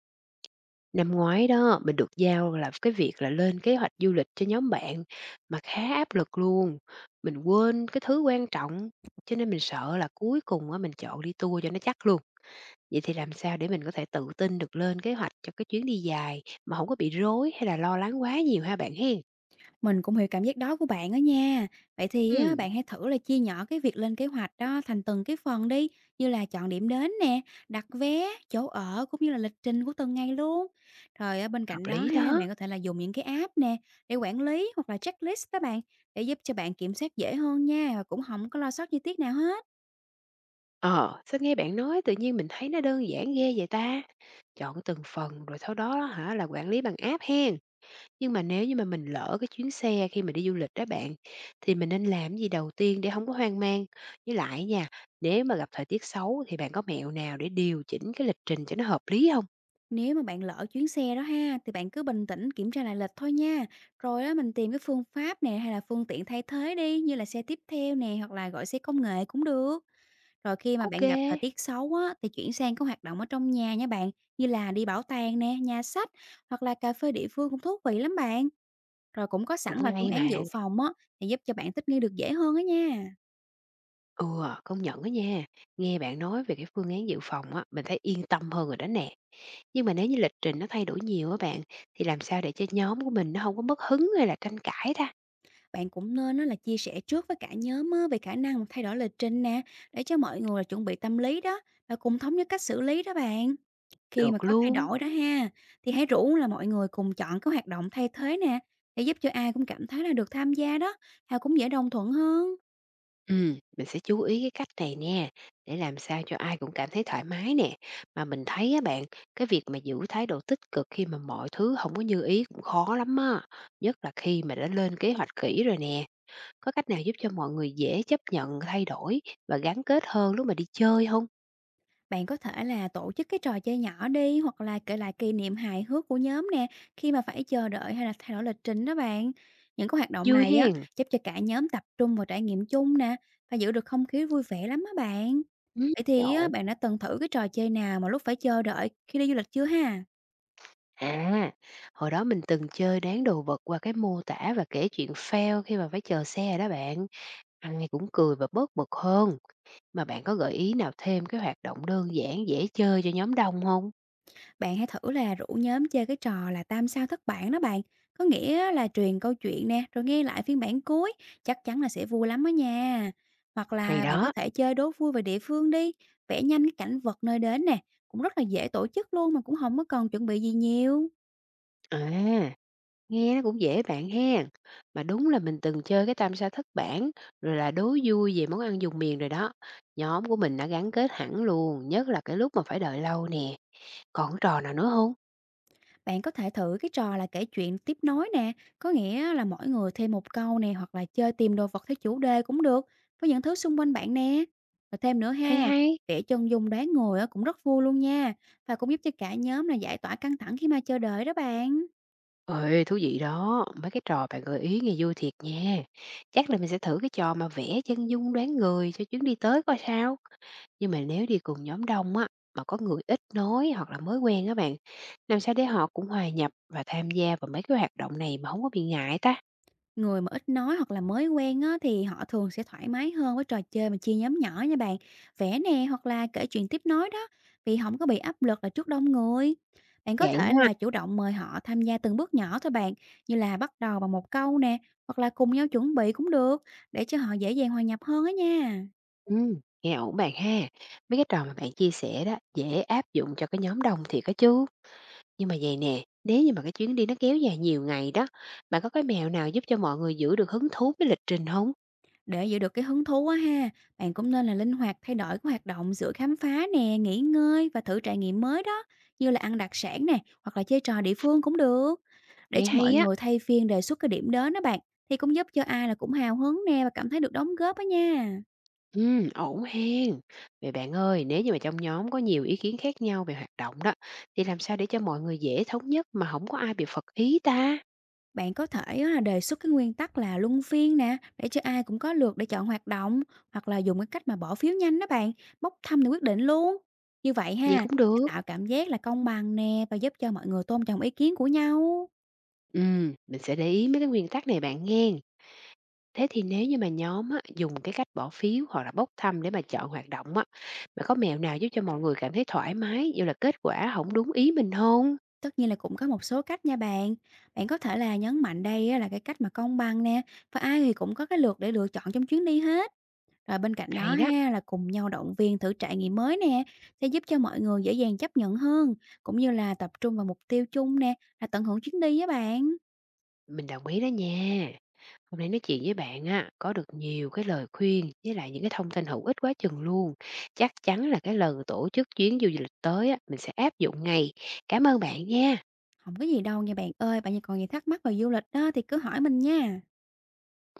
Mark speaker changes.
Speaker 1: Năm ngoái đó, mình được giao là cái việc là lên kế hoạch du lịch cho nhóm bạn mà khá áp lực luôn. Mình quên cái thứ quan trọng, cho nên mình sợ là cuối cùng á mình chọn đi tour cho nó chắc luôn. Vậy thì làm sao để mình có thể tự tin được lên kế hoạch cho cái chuyến đi dài mà không có bị rối hay là lo lắng quá nhiều ha bạn hen?
Speaker 2: Mình cũng hiểu cảm giác đó của bạn đó nha. Vậy thì á,
Speaker 1: Ừ,
Speaker 2: bạn hãy thử là chia nhỏ cái việc lên kế hoạch đó thành từng cái phần đi, như là chọn điểm đến nè, đặt vé, chỗ ở cũng như là lịch trình của từng ngày luôn. Rồi á, bên
Speaker 1: hợp
Speaker 2: cạnh đó
Speaker 1: lý
Speaker 2: ha,
Speaker 1: đó.
Speaker 2: bạn có thể là dùng những cái app nè để quản lý hoặc là checklist đó bạn, để giúp cho bạn kiểm soát dễ hơn nha và cũng không có lo sót chi tiết nào hết.
Speaker 1: Ờ, sao nghe bạn nói tự nhiên mình thấy nó đơn giản ghê vậy ta? Chọn từng phần rồi sau đó hả là quản lý bằng app hen. Nhưng mà nếu như mà mình lỡ cái chuyến xe khi mà đi du lịch đó bạn, thì mình nên làm gì đầu tiên để không có hoang mang? Với lại nha, nếu mà gặp thời tiết xấu thì bạn có mẹo nào để điều chỉnh cái lịch trình cho nó hợp lý không?
Speaker 2: Nếu mà bạn lỡ chuyến xe đó ha, thì bạn cứ bình tĩnh kiểm tra lại lịch thôi nha. Rồi đó mình tìm cái phương pháp nè hay là phương tiện thay thế đi, như là xe tiếp theo nè, hoặc là gọi xe công nghệ cũng được. Rồi khi mà bạn gặp thời
Speaker 1: OK.
Speaker 2: tiết xấu á, thì chuyển sang các hoạt động ở trong nhà nha bạn, như là đi bảo tàng nè, nhà sách, hoặc là cà phê địa phương cũng thú vị lắm bạn. Rồi cũng có
Speaker 1: Cũng
Speaker 2: sẵn vài phương
Speaker 1: hay mà.
Speaker 2: án dự phòng á, thì giúp cho bạn thích nghi được dễ hơn á nha.
Speaker 1: Ừ, công nhận á nha, nghe bạn nói về cái phương án dự phòng á, mình thấy yên tâm hơn rồi đó nè. Nhưng mà nếu như lịch trình nó thay đổi nhiều á bạn, thì làm sao để cho nhóm của mình nó không có mất hứng hay là tranh cãi ta?
Speaker 2: Bạn cũng nên á là chia sẻ trước với cả nhóm á về khả năng thay đổi lịch trình nè, để cho mọi người là chuẩn bị tâm lý đó, và cùng thống nhất cách xử lý đó bạn. Khi mà
Speaker 1: Được
Speaker 2: có thay
Speaker 1: luôn.
Speaker 2: đổi đó ha, thì hãy rủ là mọi người cùng chọn cái hoạt động thay thế nè, để giúp cho ai cũng cảm thấy là được tham gia đó, và cũng dễ đồng thuận hơn.
Speaker 1: Mình sẽ chú ý cái cách này nè, để làm sao cho ai cũng cảm thấy thoải mái nè. Mà mình thấy á bạn, cái việc mà giữ thái độ tích cực khi mà mọi thứ không có như ý cũng khó lắm á, nhất là khi mà đã lên kế hoạch kỹ rồi nè. Có cách nào giúp cho mọi người dễ chấp nhận thay đổi và gắn kết hơn lúc mà đi chơi không?
Speaker 2: Bạn có thể là tổ chức cái trò chơi nhỏ đi, hoặc là kể lại kỷ niệm hài hước của nhóm nè, khi mà phải chờ đợi hay là thay đổi lịch trình đó bạn. Những cái hoạt động
Speaker 1: Vui
Speaker 2: này á
Speaker 1: hen.
Speaker 2: giúp cho cả nhóm tập trung vào trải nghiệm chung nè, và giữ được không khí vui vẻ lắm á bạn. Vậy
Speaker 1: Nghe
Speaker 2: thì á,
Speaker 1: ổn.
Speaker 2: bạn đã từng thử cái trò chơi nào mà lúc phải chờ đợi khi đi du lịch chưa ha?
Speaker 1: À, hồi đó mình từng chơi đoán đồ vật qua cái mô tả và kể chuyện fail khi mà phải chờ xe đó bạn. Ai cũng cười và bớt bực hơn. Mà bạn có gợi ý nào thêm cái hoạt động đơn giản dễ chơi cho nhóm đông không?
Speaker 2: Bạn hãy thử là rủ nhóm chơi cái trò là tam sao thất bản đó bạn. Có nghĩa là truyền câu chuyện nè, rồi nghe lại phiên bản cuối, chắc chắn là sẽ vui lắm đó nha. Hoặc
Speaker 1: Hay
Speaker 2: là bạn có
Speaker 1: đó.
Speaker 2: thể chơi đố vui về địa phương đi, vẽ nhanh cái cảnh vật nơi đến nè, cũng rất là dễ tổ chức luôn mà cũng không có cần chuẩn bị gì nhiều.
Speaker 1: À, nghe nó cũng dễ bạn hen. Mà đúng là mình từng chơi cái tam sa thất bản, rồi là đố vui về món ăn vùng miền rồi đó. Nhóm của mình đã gắn kết hẳn luôn, nhất là cái lúc mà phải đợi lâu nè. Còn trò nào nữa không?
Speaker 2: Bạn có thể thử cái trò là kể chuyện tiếp nối nè, có nghĩa là mỗi người thêm một câu nè, hoặc là chơi tìm đồ vật theo chủ đề cũng được, với những thứ xung quanh bạn nè. Rồi thêm nữa
Speaker 1: Hay
Speaker 2: ha,
Speaker 1: hay!
Speaker 2: vẽ chân dung đoán người á cũng rất vui luôn nha, và cũng giúp cho cả nhóm là giải tỏa căng thẳng khi mà chờ đợi đó bạn.
Speaker 1: Ơi, thú vị đó, mấy cái trò bạn gợi ý nghe vui thiệt nha. Chắc là mình sẽ thử cái trò mà vẽ chân dung đoán người cho chuyến đi tới coi sao. Nhưng mà nếu đi cùng nhóm đông á, mà có người ít nói hoặc là mới quen á bạn, làm sao để họ cũng hòa nhập và tham gia vào mấy cái hoạt động này mà không có bị ngại ta?
Speaker 2: Người mà ít nói hoặc là mới quen á, thì họ thường sẽ thoải mái hơn với trò chơi mà chia nhóm nhỏ nha bạn. Vẽ nè, hoặc là kể chuyện tiếp nối đó, vì không có bị áp lực là trước đông người. Bạn có
Speaker 1: Vậy
Speaker 2: thể
Speaker 1: ha.
Speaker 2: là chủ động mời họ tham gia từng bước nhỏ thôi bạn, như là bắt đầu bằng một câu nè, hoặc là cùng nhau chuẩn bị cũng được, để cho họ dễ dàng hòa nhập hơn á nha.
Speaker 1: Ừ, nghe ổn bạn ha. Mấy cái trò mà bạn chia sẻ đó dễ áp dụng cho cái nhóm đông thiệt á chứ. Nhưng mà vậy nè, nếu như mà cái chuyến đi nó kéo dài nhiều ngày đó, bạn có cái mẹo nào giúp cho mọi người giữ được hứng thú với lịch trình không?
Speaker 2: Để giữ được cái hứng thú á ha, bạn cũng nên là linh hoạt thay đổi cái hoạt động giữa khám phá nè, nghỉ ngơi và thử trải nghiệm mới đó, như là ăn đặc sản nè, hoặc là chơi trò địa phương cũng được. Để
Speaker 1: Nghe
Speaker 2: cho mọi
Speaker 1: hay á,
Speaker 2: người thay phiên đề xuất cái điểm đến đó bạn, thì cũng giúp cho ai là cũng hào hứng nè và cảm thấy được đóng góp á nha.
Speaker 1: ổn hen. Vậy bạn ơi, nếu như mà trong nhóm có nhiều ý kiến khác nhau về hoạt động đó, thì làm sao để cho mọi người dễ thống nhất mà không có ai bị phật ý ta?
Speaker 2: Bạn có thể á là đề xuất cái nguyên tắc là luân phiên nè, để cho ai cũng có lượt để chọn hoạt động, hoặc là dùng cái cách mà bỏ phiếu nhanh đó bạn, bốc thăm để quyết định luôn. Như vậy
Speaker 1: Vậy
Speaker 2: ha,
Speaker 1: cũng
Speaker 2: sẽ
Speaker 1: được.
Speaker 2: tạo cảm giác là công bằng nè, và giúp cho mọi người tôn trọng ý kiến của nhau.
Speaker 1: Mình sẽ để ý mấy cái nguyên tắc này bạn nghe. Thế thì nếu như mà nhóm á, dùng cái cách bỏ phiếu hoặc là bốc thăm để mà chọn hoạt động á, bạn có mẹo nào giúp cho mọi người cảm thấy thoải mái dù là kết quả không đúng ý mình không?
Speaker 2: Tất nhiên là cũng có một số cách nha bạn. Bạn có thể là nhấn mạnh đây á là cái cách mà công bằng nè, và ai thì cũng có cái lượt để lựa chọn trong chuyến đi hết. Rồi bên cạnh đó
Speaker 1: Hay đó,
Speaker 2: ha, là cùng nhau động viên thử trải nghiệm mới nè, sẽ giúp cho mọi người dễ dàng chấp nhận hơn, cũng như là tập trung vào mục tiêu chung nè, là tận hưởng chuyến đi với bạn.
Speaker 1: mình đồng ý đó nha. Hôm nay nói chuyện với bạn á, có được nhiều cái lời khuyên với lại những cái thông tin hữu ích quá chừng luôn. Chắc chắn là cái lần tổ chức chuyến du lịch tới á, mình sẽ áp dụng ngay. Cảm ơn bạn nha.
Speaker 2: Không có gì đâu nha bạn ơi, bạn còn gì thắc mắc về du lịch đó thì cứ hỏi mình nha.